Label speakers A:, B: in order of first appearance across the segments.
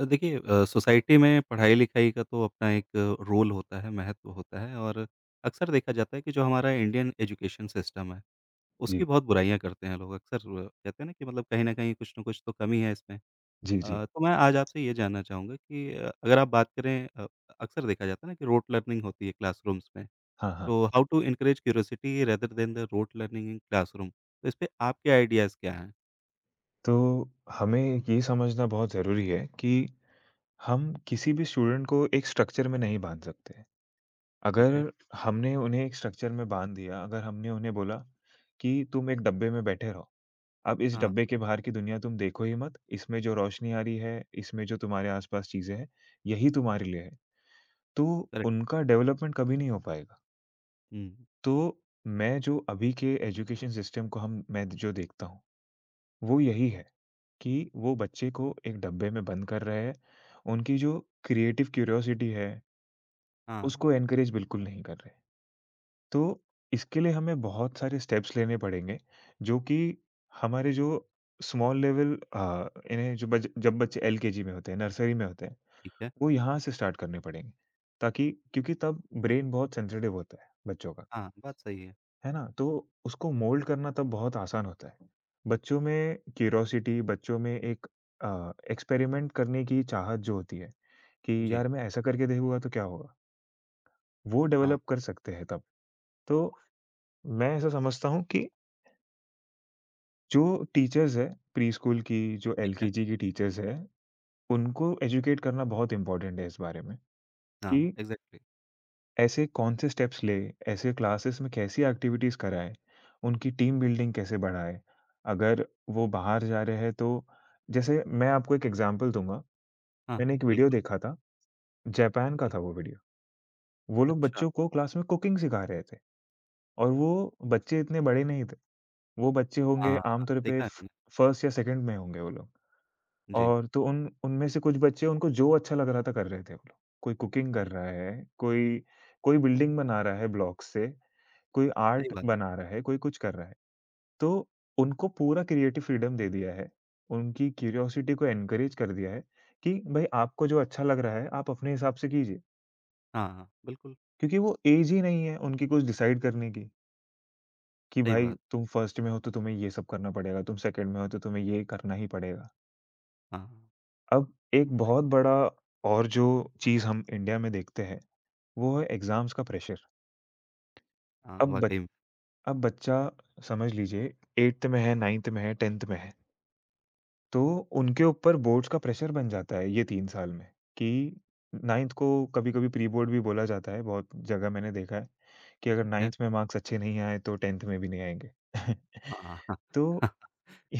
A: देखिए सोसाइटी में पढ़ाई-लिखाई का तो अपना एक रोल होता है, महत्व होता है और अक्सर देखा जाता है कि जो हमारा इंडियन एजुकेशन सिस्टम है, उसकी
B: जी,
A: बहुत बुराइयाँ करते हैं लोग। अक्सर कहते हैं ना कि मतलब कहीं न कहीं कुछ न कुछ तो कमी है इसमें।
B: जी, जी।
A: तो मैं आज आपसे ये जानना चाहूँगा कि अगर आप बात करें अक्सर देखा जाता है ना कि रोट लर्निंग होती है क्लासरूम्स में,
B: हाँ, हाँ।
A: तो how to encourage curiosity rather than the rote learning in classroom. तो इसपे आपके आइडियाज़ क्या हैं?
B: तो हमें ये समझना बहुत ज़रूरी है कि हम किसी भी स्टूडेंट को एक स्ट्रक्चर में नहीं बाँध सकते।
A: ठीक
B: अगर
A: है।
B: हमने उन्हें एक स्ट्रक्चर में बाँध दिया, अगर हमने उन्हें बोला कि तुम एक डब्बे में बैठे रहो, अब इस
A: हाँ,
B: डब्बे के बाहर की दुनिया तुम देखो ही मत, इसमें जो रोशनी आ रही है, इसमें जो तुम्हारे आस-पास चीज़ें हैं, यही तुम्हारे लिए है। तो
A: करेक्ट।
B: उनका डेवलपमेंट कभी नहीं हो पाएगा।
A: हुँ,
B: तो मैं जो अभी के एजुकेशन सिस्टम को हम मैं जो देखता हूँ, वो यही है। कि वो बच्चे को एक डब्बे में बंद कर रहे हैं, उनकी जो क्रिएटिव क्यूरियोसिटी है,
A: हाँ,
B: उसको एनकरेज बिल्कुल नहीं कर रहे। तो इसके लिए हमें बहुत सारे स्टेप्स लेने पड़ेंगे, जो कि हमारे जो स्मॉल लेवल इन्हें जो बज जब बच्चे एलकेजी में होते हैं, नर्सरी में होते हैं,
A: ठीक है।
B: वो यहाँ से स्टार्ट करने पड़ेंगे। ताकि क्योंकि तब ब्रेन बहुत सेंसिटिव होता है बच्चों का।
A: हाँ, बात सही है।
B: है ना? तो उसको मोल्ड करना तब बहुत आसान होता है। बच्चों में क्यूरोसिटी, बच्चों में एक एक्सपेरिमेंट करने की चाहत जो होती है कि
A: जी,
B: यार मैं ऐसा करके देखूँगा तो क्या होगा? वो
A: हाँ,
B: डेवलप कर सकते हैं तब। तो मैं ऐसा समझता हूँ कि जो टीचर्स हैं प्रीस्कूल की, जो
A: ठीक है।
B: एलकेजी की टीचर्स हैं, उनको एजुकेट करना बहुत इम्पोर्टेंट है इस बारे में कि
A: हाँ, एग्ज़ैक्टली
B: ऐसे कौन से स्टेप्स लें, ऐसे क्लासेस में कैसी एक्टिविटीज़ कराएँ, उनकी टीम बिल्डिंग कैसे बढ़ाएँ? अगर वो बाहर जा रहे हैं तो जैसे मैं आपको एक एग्ज़ाम्पल दूँगा,
A: हाँ, हाँ,
B: मैंने एक वीडियो
A: बिल्कुल,
B: देखा था, जापान का
A: जी।
B: था वो वीडियो। वो लोग
A: अच्छा,
B: बच्चों को क्लास में कुकिंग सिखा रहे थे और वो बच्चे इतने बड़े नहीं थे। वो बच्चे होंगे
A: हाँ, हाँ,
B: आमतौर पे
A: देखा है
B: फ
A: मैंने।
B: फर्स्ट या सेकंड में होंगे वो लोग
A: जी,
B: और तो उन उनमें से कुछ बच्चे उनको जो अच्छा लग रहा था कर रहे थे वो लोग। कोई कुकिंग कर
A: हुँ,
B: रहा है, कोई कोई बिल्डिंग बना रहा है ब्लॉक से कोई
A: सही
B: आर्ट
A: बात है।
B: बना रहा है, कोई कुछ कर रहा है। तो उनको पूरा क्रिएटिव फ्रीडम दे दिया है, उनकी क्यूरियोसिटी को एनकरेज कर दिया है कि भई आपको जो अच्छा लग रहा है, आप अपने हिसाब से कीजिए।
A: हाँ, हाँ, बिल्कुल
B: क्योंकि वो एज ही नहीं है उनकी कुछ डिसाइड करने की, कि
A: सही
B: भाई
A: बात।
B: तुम फर्स्ट में हो तो तुम्हें ये सब करना पड़ेगा, तुम सेकंड में हो तो तुम्हें ये करना ही पड़ेगा।
A: हाँ, हाँ,
B: अब एक बहुत बड़ा और जो चीज़ हम इंडिया में देखते हैं, वो है एग्ज़ाम्स का प्रेशर।
A: हाँ,
B: अब बच
A: वाक़ई में,
B: अब बच्चा समझ लीजिए 8th में है, 9th में है, 10th में है। तो उनके ऊपर बोर्ड्स का प्रेशर बन जाता है ये 3 साल में कि 9th को कभी-कभी प्री बोर्ड भी बोला जाता है, बहुत जगह मैंने देखा है कि अगर
A: ठीक
B: 9th
A: है।
B: में मार्क्स अच्छे नहीं आए तो 10th में भी नहीं आएँगे।
A: हाँ, हाँ,
B: तो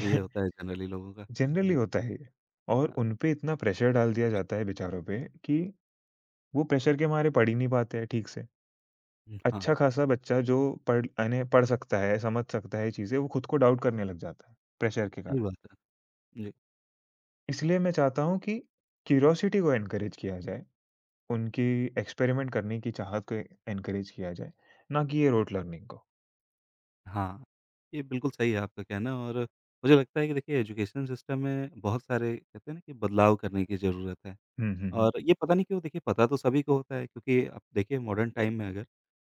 A: ये होता है जनरली लोगों का।
B: जनरली
A: जी,
B: होता है ये और
A: हाँ,
B: उन पे इतना प्रेशर डाल दिया जाता है बेचारों पे कि वो प्रेशर के मारे पढ़ ही नहीं पाते हैं ठीक से।
A: हुँ, हाँ,
B: अच्छा खासा बच्चा जो पढ़ यानी पढ़ सकता है, समझ सकता है चीज़ें, वो खुद को डाउट करने लग जाता है, प्रेशर के
A: सही
B: कारण।
A: बात है। जी,
B: इसलिए मैं चाहता हूँ कि क्यूरियोसिटी को एनकरेज किया जाए। उनकी एक्सपेरिमेंट करने की चाहत को एनकरेज किया जाए, ना कि ये रोte लर्निंग को।
A: हाँ, ये बिल्कुल सही है आपका कहना और मुझे लगता है कि देखिए एजुकेशन सिस्टम में बहुत सारे कहते हैं ना कि बदलाव करने की ज़रूरत है।
B: हुँ, हुँ, हुँ।
A: और ये पता नहीं क्यों देखिए पता तो सभी को होता है क्योंकि अब देखिए मॉडर्न टाइम में अगर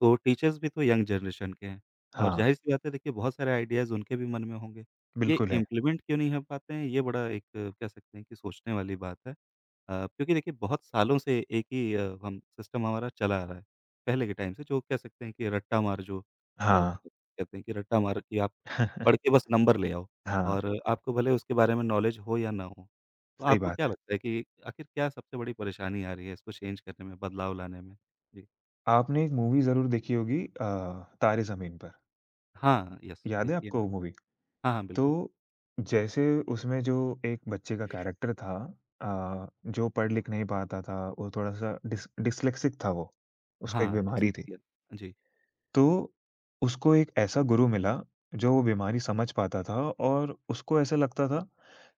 A: तो टीचर्स भी तो यंग जनरेशन के हैं और
B: हाँ,
A: ज़ाहिर-सी बात है देखिए बहुत सारे आइडियाज़ उनके भी मन में होंगे। ये
B: बिल्कुल है।
A: इम्प्लीमेंट क्यों नहीं हो पाते हैं ये बड़ा एक कह सकते हैं कि सोचने वाली बात है। क्योंकि देखिए बहुत सालों से एक ही हम सिस्टम हमारा चला आ रहा है, पहले के टाइम से जो कह सकते हैं कि रट्टा मार जो
B: हाँ।
A: कहते हैं कि रट्टा मार कि आप पढ़ के बस नंबर ले आओ
B: हाँ,
A: और आपको भले उसके बारे में नॉलेज हो या ना हो। तो
B: सही
A: आपको
B: बात
A: क्या
B: है।
A: लगता है कि आखिर क्या सबसे बड़ी परेशानी आ रही है इसको चेंज करने में, बदलाव लाने में? जी।
B: आपने एक मूवी ज़रूर देखी होगी तारे ज़मीन पर।
A: हाँ, यस
B: याद है
A: देखिए मैं
B: आपको वो मूवी?
A: हाँ, हाँ,
B: तो
A: बिल्कुल।
B: जैसे उसमें जो एक बच्चे का कैरेक्टर था जो पढ़ लिख नहीं पाता था, वो थोड़ा-सा डिस्लेक्सिक था वो। उसको एक
A: हाँ,
B: बीमारी थी।
A: डिस्लेक्सिया जी।
B: तो उसको एक ऐसा गुरु मिला, जो वो बीमारी समझ पाता था और उसको ऐसा लगता था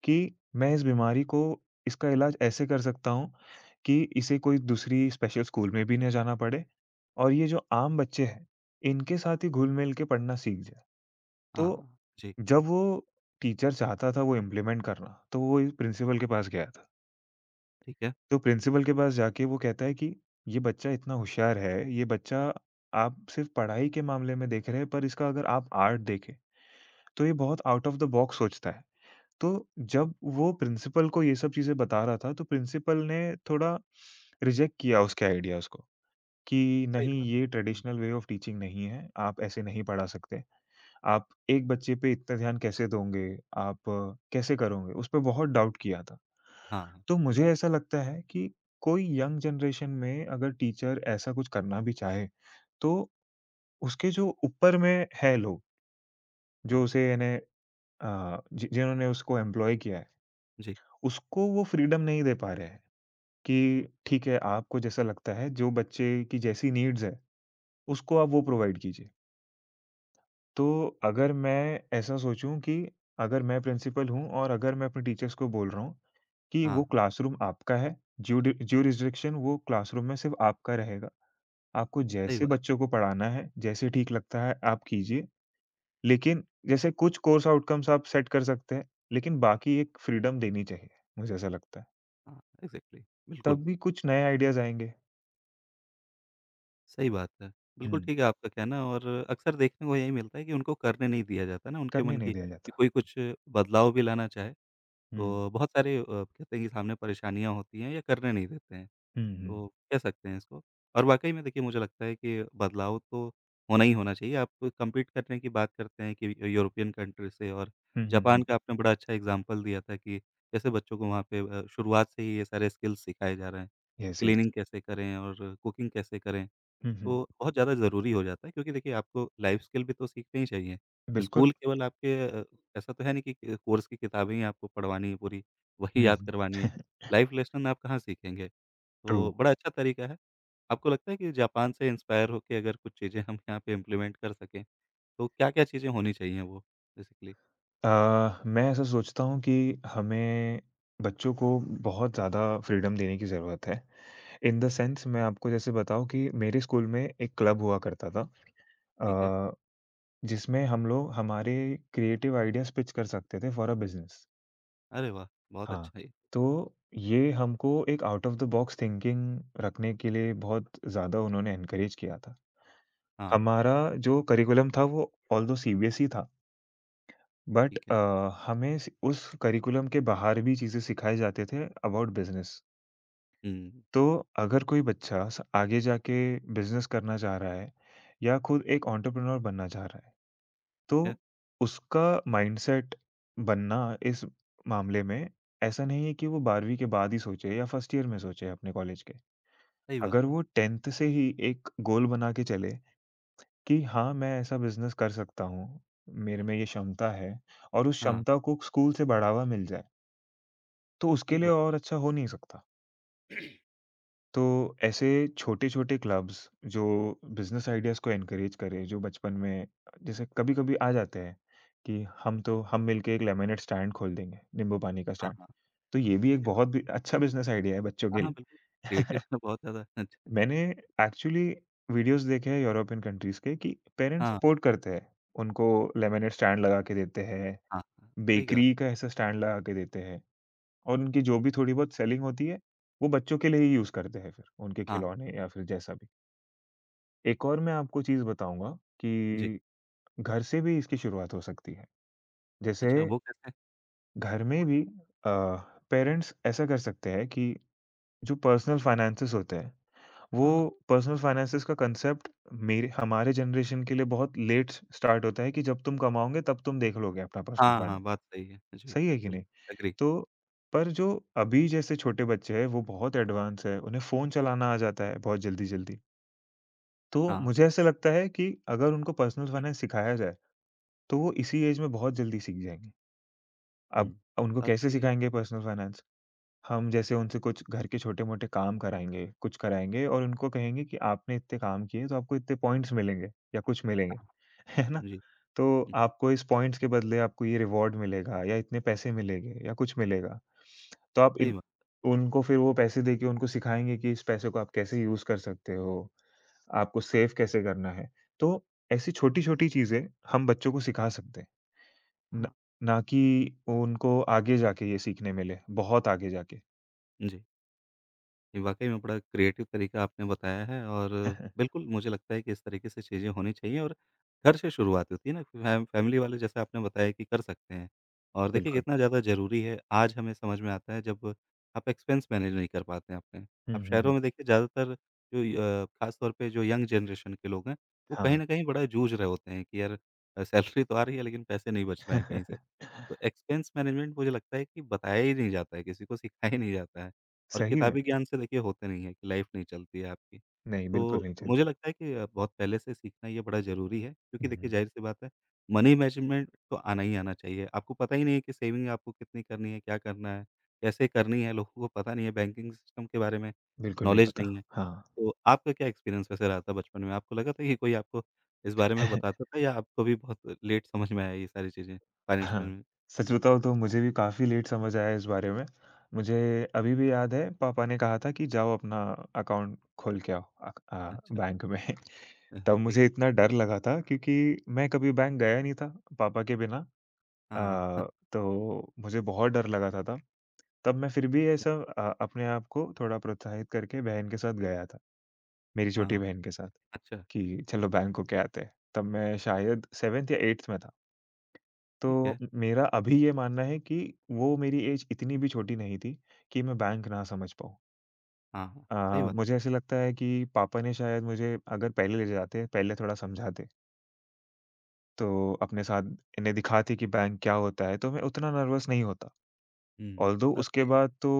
B: कि मैं इस बीमारी को इसका इलाज ऐसे कर सकता हूँ कि इसे कोई दूसरी स्पेशल स्कूल में भी ना जाना पड़े और ये जो आम बच्चे हैं, इनके साथ ही घुल-मिल के पढ़ना सीख जाए। तो
A: हाँ, हाँ, जी,
B: जब वो टीचर चाहता था वो इम्प्लीमेंट करना, तो वो प्रिंसिपल के पास गया था।
A: ठीक है,
B: तो प्रिंसिपल के पास जाके वो कहता है कि ये बच्चा इतना होशियार है, ये बच्चा आप सिर्फ़ पढ़ाई के मामले में देख रहे हैं, पर इसका अगर आप आर्ट देखें, तो ये बहुत आउट ऑफ़ द बॉक्स सोचता है। तो जब वो प्रिंसिपल को ये सब चीज़ें बता रहा था, तो प्रिंसिपल ने थोड़ा रिजेक्ट किया उसके आइडियाज़ को कि
A: सही
B: नहीं,
A: बात है।
B: ये
A: हुँ,
B: ट्रेडिशनल वे ऑफ़ टीचिंग नहीं है, आप ऐसे नहीं पढ़ा सकते। आप एक बच्चे पे इतना ध्यान कैसे दोगे? आप कैसे करोगे? उस पे बहुत डाउट किया था।
A: हाँ, हाँ,
B: तो मुझे
A: बिल्कुल।
B: ऐसा लगता है कि कोई यंग जनरेशन में अगर टीचर ऐसा कुछ करना भी चाहे, तो उसके जो ऊपर में है लोग, जो
A: हाँ,
B: उसे यानी अ, जि जिन्होंने उसको एम्प्लॉय किया है,
A: जी।
B: उसको वो फ्रीडम नहीं दे पा रहे हैं कि ठीक है, आपको जैसा लगता है, जो बच्चे की जैसी नीड्स है, उसको आप वो प्रोवाइड कीजिए। तो अगर मैं ऐसा सोचूँ कि अगर मैं प्रिंसिपल हूँ और अगर मैं अपने टीचर्स को बोल रहा हूँ कि
A: हाँ,
B: वो
A: हाँ,
B: क्लासरूम आपका है, ज्यूडि ज्यूरिसडिक्शन वो क्लासरूम में सिर्फ़ आपका रहेगा। आपको
A: सही
B: जैसे
A: बात।
B: बच्चों को पढ़ाना है, जैसे ठीक लगता है आप कीजिए। लेकिन जैसे कुछ कोर्स आउटकम्स आप सेट कर सकते हैं, लेकिन बाकी एक फ्रीडम देनी चाहिए, मुझे ऐसा लगता है।
A: हाँ, एग्ज़ैक्टली बिल्कुल,
B: तब भी कुछ नए आइडियाज़ आएँगे।
A: सही बात है। बिल्कुल
B: हुँ।
A: ठीक है आपका कहना और अक्सर देखने को यही मिलता है कि उनको करने नहीं दिया जाता ना उनके
B: करने
A: मन
B: नहीं
A: की
B: दिया
A: कि
B: जाता।
A: कोई कुछ बदलाव भी लाना चाहे,
B: हुँ,
A: तो बहुत सारे कहते हैं कि सामने परेशानियाँ होती हैं या करने नहीं देते हैं।
B: हुँ, हुँ।
A: तो कह सकते हैं इसको और वाक़ई में देखिए मुझे लगता है कि बदलाव तो होना ही होना चाहिए। आप कम्पीट करने की बात करते हैं कि यूरोपियन कंट्री से और
B: हुँ, हुँ,
A: जापान
B: हुँ।
A: का आपने बड़ा अच्छा एग्ज़ाम्पल दिया था कि कैसे बच्चों को वहाँ पे शुरुआत से ही ये सारे स्किल्स सिखाए जा रहे हैं कि
B: यस, यस।
A: क्लीनिंग कैसे करें और कुकिंग कैसे करें।
B: हुँ, हुँ।
A: तो बहुत ज़्यादा ज़रूरी हो जाता है क्योंकि देखिए आपको लाइफ़ स्किल भी तो सीखने ही चाहिए।
B: बिल्कुल।
A: स्कूल केवल आपके अ, ऐसा तो है नहीं कि कोर्स की किताबें ही आपको पढ़वानी है पूरी,
B: हुँ,
A: वही याद करवानी
B: हुँ।
A: है। लाइफ़ लेसन आप कहाँ सीखेंगे?
B: ट्रू।
A: तो बड़ा अच्छा तरीका है। आपको लगता है कि जापान से इंस्पायर होके अगर कुछ चीज़ें हम यहाँ पे इम्प्लीमेंट कर सकें, तो क्या-क्या चीज़ें होनी चाहिए वो बेसिकली?
B: मैं ऐसा सोचता हूँ कि हमें बच्चों को बहुत ज़्यादा फ्रीडम देने की ज़रूरत है। इन द सेंस मैं आपको जैसे बताऊँ कि मेरे स्कूल में एक क्लब हुआ करता था।
A: ठीक है।
B: अ जिसमें हम लोग हमारे क्रिएटिव आइडियाज़ पिच कर सकते थे फॉर अ बिज़नेस।
A: अरे वाह! बहुत
B: हाँ,
A: अच्छा ये।
B: तो ये हमको एक out of the box thinking रखने के लिए बहुत ज़्यादा उन्होंने एनकरेज किया था।
A: हाँ,
B: हमारा जो करिकुलम था वो ऑल्दो सीबीएसई था, बट
A: ठीक
B: अ,
A: है।
B: हमें स उस करिकुलम के बाहर भी चीज़ें सिखाए जाते थे अबाउट बिज़नेस।
A: हुँ,
B: तो अगर कोई बच्चा स आगे जाके बिज़नेस करना चाह रहा है या खुद एक एंटरप्रेन्योर बनना चाह रहा है तो
A: ठीक है।
B: उसका माइंडसेट बनना इस मामले में ऐसा नहीं है कि वो 12वीं के बाद ही सोचे या फर्स्ट ईयर में सोचे अपने कॉलेज के।
A: सही बात
B: अगर
A: है।
B: वो 10th से ही एक गोल बना के चले कि हाँ, मैं ऐसा बिज़नेस कर सकता हूँ, मेरे में ये क्षमता है और उस
A: हाँ,
B: क्षमता को स्कूल से बढ़ावा मिल जाए, तो उसके
A: ठीक
B: लिए
A: बात
B: और
A: है।
B: अच्छा हो नहीं सकता। तो ऐसे छोटे-छोटे क्लब्स जो बिज़नेस आइडियाज़ को एनकरेज करें, जो बचपन में जैसे कभी-कभी आ जाते हैं कि हम मिलके एक लेमनेड स्टैंड खोल देंगे, नींबू पानी का
A: हाँ,
B: स्टैंड।
A: हाँ।
B: तो ये भी एक
A: अच्छी
B: बहुत बि
A: बात है।
B: अच्छा बिज़नेस आइडिया है बच्चों
A: हाँ,
B: के
A: हाँ,
B: लिए।
A: बिल्कुल। क्रिएटिव है बहुत ज़्यादा अच्छा।
B: मैंने एक्चुअली वीडियोज़ देखे हैं यूरोपियन कंट्रीज़ के कि पेरेंट्स
A: हाँ,
B: सपोर्ट करते हैं। उनको लेमनेड स्टैंड लगा के देते हैं,
A: हाँ, हाँ। सही कहा।
B: बेकरी का ऐसा स्टैंड लगा के देते हैं। और उनकी जो भी थोड़ी-बहुत सेलिंग होती है, वो बच्चों के लिए ही यूज़ करते हैं फिर, उनके
A: हाँ,
B: खिलौने या फिर जैसा भी। एक और मैं आपको चीज़ बताऊँगा
A: जी।
B: कि घर से भी इसकी शुरुआत हो सकती है। जैसे
A: अच्छा वो कैसे?
B: घर में भी अ, पेरेंट्स ऐसा कर सकते हैं कि जो पर्सनल फाइनेंसेस होते हैं,
A: हाँ।
B: वो पर्सनल फाइनेंसेस का कांसेप्ट मेरे हमारे जनरेशन के लिए बहुत लेट स्टार्ट होता है कि जब तुम कमाओगे तब तुम देख लोगे अपना पर्सनल
A: हाँ, हाँ,
B: फाइनेंस।
A: बात सही है। जी,
B: सही है कि नहीं?
A: बिल्कुल एग्री।
B: तो पर जो अभी जैसे छोटे बच्चे हैं, वो बहुत एडवांस है, उन्हें फ़ोन चलाना आ जाता है बहुत जल्दी-जल्दी। तो
A: हाँ,
B: मुझे ऐसा लगता है कि अगर उनको पर्सनल फाइनेंस सिखाया जाए, तो वो इसी ऐज में बहुत जल्दी सीख जाएँगे।
A: हुँ।
B: अब उनको
A: बात
B: कैसे
A: सही है।
B: सिखाएँगे पर्सनल फाइनेंस? हम जैसे उनसे कुछ घर के छोटे-मोटे काम कराएँगे, कुछ कराएँगे और उनको कहेंगे कि आपने इतने काम किए, तो आपको इतने पॉइंट्स मिलेंगे या कुछ मिलेंगे, है ना?
A: हाँ, जी।
B: तो
A: हुँ,
B: आपको इस पॉइंट्स के बदले आपको ये रिवॉर्ड मिलेगा या इतने पैसे मिलेंगे या कुछ मिलेगा। तो आप
A: सही
B: इन
A: बात।
B: उनको फिर वो पैसे देके उनको सिखाएँगे कि इस पैसे को आप कैसे यूज़ कर सकते हो, आपको सेव कैसे करना है। तो ऐसी छोटी-छोटी चीज़ें हम बच्चों को सिखा सकते हैं, न
A: हाँ,
B: ना कि उनको आगे जाके ये सीखने मिले, बहुत आगे जाके।
A: जी। ये वाक़ई में बड़ा क्रिएटिव तरीका आपने बताया है और बिल्कुल मुझे लगता है कि इस तरीके से चीज़ें होनी चाहिए और घर से शुरुआत होती है ना, फैमिली वाले जैसे आपने बताया कि कर सकते हैं। और देखिए
B: बिल्कुल।
A: कितना ज़्यादा ज़रूरी है, आज हमें समझ में आता है जब आप एक्सपेंस मैनेज नहीं कर पाते हैं अपने।
B: हुँ,
A: आप
B: हुँ,
A: शहरों
B: हुँ।
A: में देखिए ज़्यादातर जो ख़ास तौर पे जो यंग जनरेशन के लोग हैं, वो
B: हाँ।
A: कहीं न कहीं बड़ा जूझ रहे होते हैं कि यार सैलरी तो आ रही है लेकिन पैसे नहीं बच रहे हैं कहीं से। तो एक्सपेंस मैनेजमेंट मुझे लगता है कि बताया ही नहीं जाता है, किसी को सिखाया ही नहीं जाता है और
B: सही में।
A: किताबी ज्ञान से देखिए होते नहीं है कि लाइफ नहीं चलती है आपकी।
B: नहीं, बिल्कुल
A: तो
B: नहीं
A: मुझे
B: चलती।
A: लगता है कि बहुत पहले से सीखना ये बड़ा ज़रूरी है क्योंकि
B: हुँ,
A: देखिए
B: हुँ।
A: ज़ाहिर-सी बात है मनी मैनेजमेंट तो आना ही आना चाहिए। आपको पता ही नहीं है कि सेविंग आपको कितनी करनी है, क्या करना है, कैसे करनी है, लोगों को पता नहीं है, बैंकिंग सिस्टम के बारे में
B: बिल्कुल नहीं
A: नॉलेज
B: पता।
A: नहीं है।
B: हाँ।
A: तो आपका क्या एक्सपीरियंस वैसे रहा था बचपन में? आपको लगा था कि कोई आपको इस बारे में बताता था या आपको भी बहुत लेट समझ में आया ये सारी चीज़ें फाइनेंशियल
B: हाँ,
A: में?
B: सच
A: जी,
B: बताऊँ तो मुझे भी काफ़ी लेट समझ आया इस बारे में। मुझे अभी भी याद है पापा ने कहा था कि जाओ अपना अकाउंट खोल के आओ
A: अच्छा।
B: बैंक में।
A: हाँ,
B: तब
A: ठीक
B: मुझे
A: है।
B: इतना डर लगा था क्योंकि मैं कभी बैंक गया नहीं था पापा के बिना।
A: हाँ, हाँ,
B: तो मुझे बहुत डर लगा था तब। तब मैं फिर भी अपने आप को थोड़ा प्रोत्साहित करके बहन के साथ गया था, मेरी छोटी
A: हाँ,
B: बहन के साथ
A: अच्छा,
B: कि चलो बैंक होके आते हैं। तब मैं शायद 7th या 8th में था। तो
A: ठीक है।
B: म मेरा अभी ये मानना है कि वो मेरी ऐज इतनी भी छोटी नहीं थी कि मैं बैंक ना समझ पाऊँ।
A: हाँ, हाँ, सही बात।
B: मुझे ऐसा लगता है कि पापा ने शायद मुझे अगर पहले ले जाते, पहले थोड़ा समझाते, तो अपने साथ इन्हें दिखाते कि बैंक क्या होता है, तो मैं उतना नर्वस नहीं होता।
A: हुँ,
B: ऑल्दो
A: बात
B: उसके
A: सही है।
B: बाद तो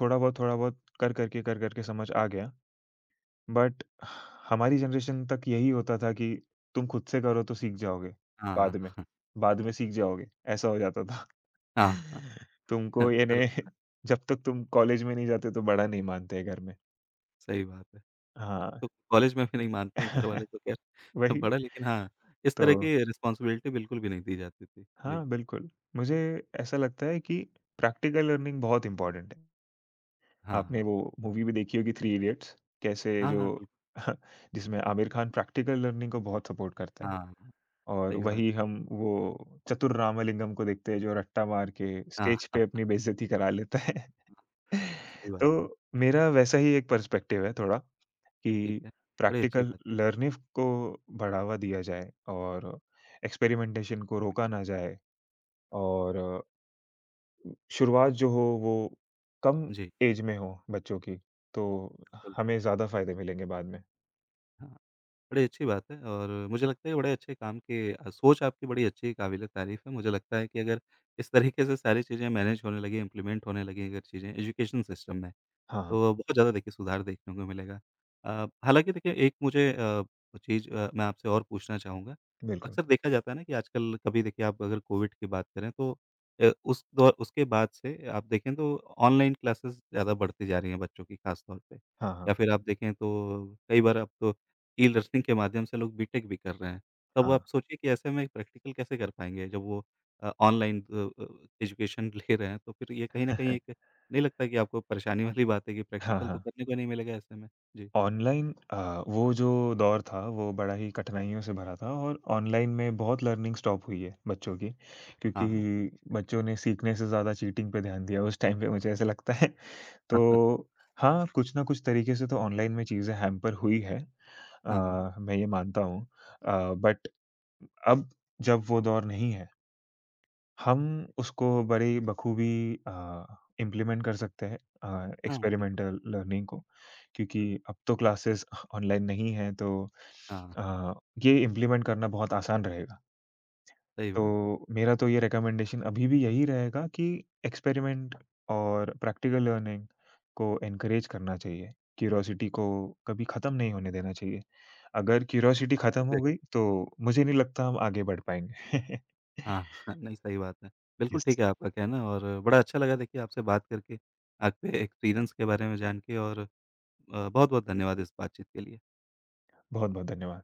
B: थोड़ा बहुत कर कर के समझ आ गया। बट हमारी जनरेशन तक यही होता था कि तुम खुद से करो तो सीख जाओगे बाद
A: हाँ,
B: में,
A: हाँ,
B: बाद में सीख जाओगे, ऐसा हो जाता था।
A: हाँ, हाँ, हाँ,
B: तुमको ये ने
A: चलो
B: जब तक तुम कॉलेज में नहीं जाते तो बड़ा नहीं मानते हैं घर में।
A: सही बात है।
B: हाँ,
A: तो कॉलेज में भी नहीं मानते हैं घर वाले तो खैर
B: वही
A: बड़ा लेकिन हाँ, इस तरह
B: तो
A: की रिस्पॉन्सिबिलिटी बिल्कुल भी नहीं दी जाती थी। जी।
B: हाँ, बिल्कुल। मुझे ऐसा लगता है कि प्रैक्टिकल लर्निंग बहुत इम्पोर्टेंट है।
A: हाँ,
B: आपने
A: हाँ,
B: वो मूवी भी देखी होगी थ्री इडियट्स कैसे
A: हाँ,
B: जो
A: हाँ, बिल्कुल।
B: जिसमें आमिर खान प्रैक्टिकल लर्निंग को बहुत सपोर्ट करता है
A: हाँ, हाँ,
B: और
A: सही बात।
B: वही हम वो चतुर रामलिंगम को देखते हैं जो रट्टा मार के
A: हाँ,
B: स्टेज पे अपनी बेइज़्ज़ती करा लेता है।
A: सही बात
B: तो
A: है।
B: मेरा वैसा ही एक पर्सपेक्टिव है थोड़ा। कि
A: ठीक है। बड़ी अच्छी
B: प्रैक्टिकल
A: बात है ये तो।
B: लर्निंग को बढ़ावा दिया जाए और एक्सपेरिमेंटेशन को रोका ना जाए और शुरुआत जो हो वो कम
A: जी,
B: एज में हो बच्चों की, तो
A: बिल्कुल।
B: हमें ज़्यादा फ़ायदे मिलेंगे बाद में।
A: हाँ, बड़ी अच्छी बात है और मुझे लगता है बड़े अच्छे काम की सोच आपकी बड़ी अच्छी है, काबिल-ए-तारीफ़ है। मुझे लगता है कि अगर इस तरीके से सारी चीज़ें मैनेज होने लगीं, इम्प्लीमेंट होने लगीं अगर चीज़ें एजुकेशन सिस्टम में
B: हाँ, हाँ,
A: तो बहुत ज़्यादा देखिए सुधार देखने को मिलेगा। अ, हालाँकि देखिए एक मुझे चीज़ मैं आपसे और पूछना चाहूँगा।
B: बिल्कुल।
A: अक्सर देखा जाता है ना कि आजकल कभी देखिए आप अगर कोविड की बात करें तो उस दौर उसके बाद से आप देखें तो ऑनलाइन क्लासेस ज़्यादा बढ़ती जा रही हैं बच्चों की खास तौर पे।
B: हाँ, हाँ,
A: या फिर आप देखें तो कई बार अब तो ई लर्निंग के माध्यम से लोग बीटेक भी कर रहे हैं। तब
B: हाँ,
A: आप सोचिए कि ऐसे में प्रैक्टिकल कैसे कर पाएँगे जब वो ऑनलाइन अ, एजुकेशन ले रहे हैं तो फिर ये कहीं न कहीं एक नहीं लगता कि आपको परेशानी वाली बात है कि
B: हाँ,
A: प्रैक्टिकल तो
B: हाँ।
A: करने को नहीं मिलेगा ऐसे में? जी।
B: ऑनलाइन वो जो दौर था वो बड़ा ही कठिनाइयों से भरा था और ऑनलाइन में बहुत लर्निंग स्टॉप हुई है बच्चों की,
A: हाँ,
B: क्योंकि बच्चों ने सीखने से ज़्यादा चीटिंग पे ध्यान दिया उस टाइम पे मुझे ऐसा लगता है। तो हाँ, कुछ न कुछ तरीके से तो ऑनलाइन में चीज़ें हैम्पर हुई है।
A: हाँ, हाँ,
B: मैं ये मानता हूँ बट अब जब वो दौर नहीं है, हम उसको बड़े बखूबी अ, इम्प्लीमेंट कर सकते हैं
A: हाँ, बिल्कुल।
B: एक्सपेरिमेंटल लर्निंग को, क्योंकि अब तो क्लासेस ऑनलाइन नहीं हैं, तो
A: हाँ, हाँ,
B: अ, ये इम्प्लीमेंट करना बहुत आसान रहेगा।
A: सही बात है।
B: तो मेरा तो ये रिकमेंडेशन अभी भी यही रहेगा कि एक्सपेरिमेंट और प्रैक्टिकल लर्निंग को एनकरेज करना चाहिए। क्यूरियोसिटी को कभी ख़त्म नहीं होने देना चाहिए। अगर क्यूरियोसिटी ख़त्म हो गई
A: एग्ज़ैक्टली
B: तो मुझे नहीं लगता हम आगे बढ़ पाएँगे।
A: हाँ, हाँ, नहीं सही बात है। बिल्कुल
B: यस,
A: ठीक है आपका कहना और बड़ा अच्छा लगा देखिए आपसे बात करके, आपके एक्सपीरियंस के बारे में जान के और बहुत-बहुत धन्यवाद इस बातचीत के लिए।
B: बहुत-बहुत धन्यवाद।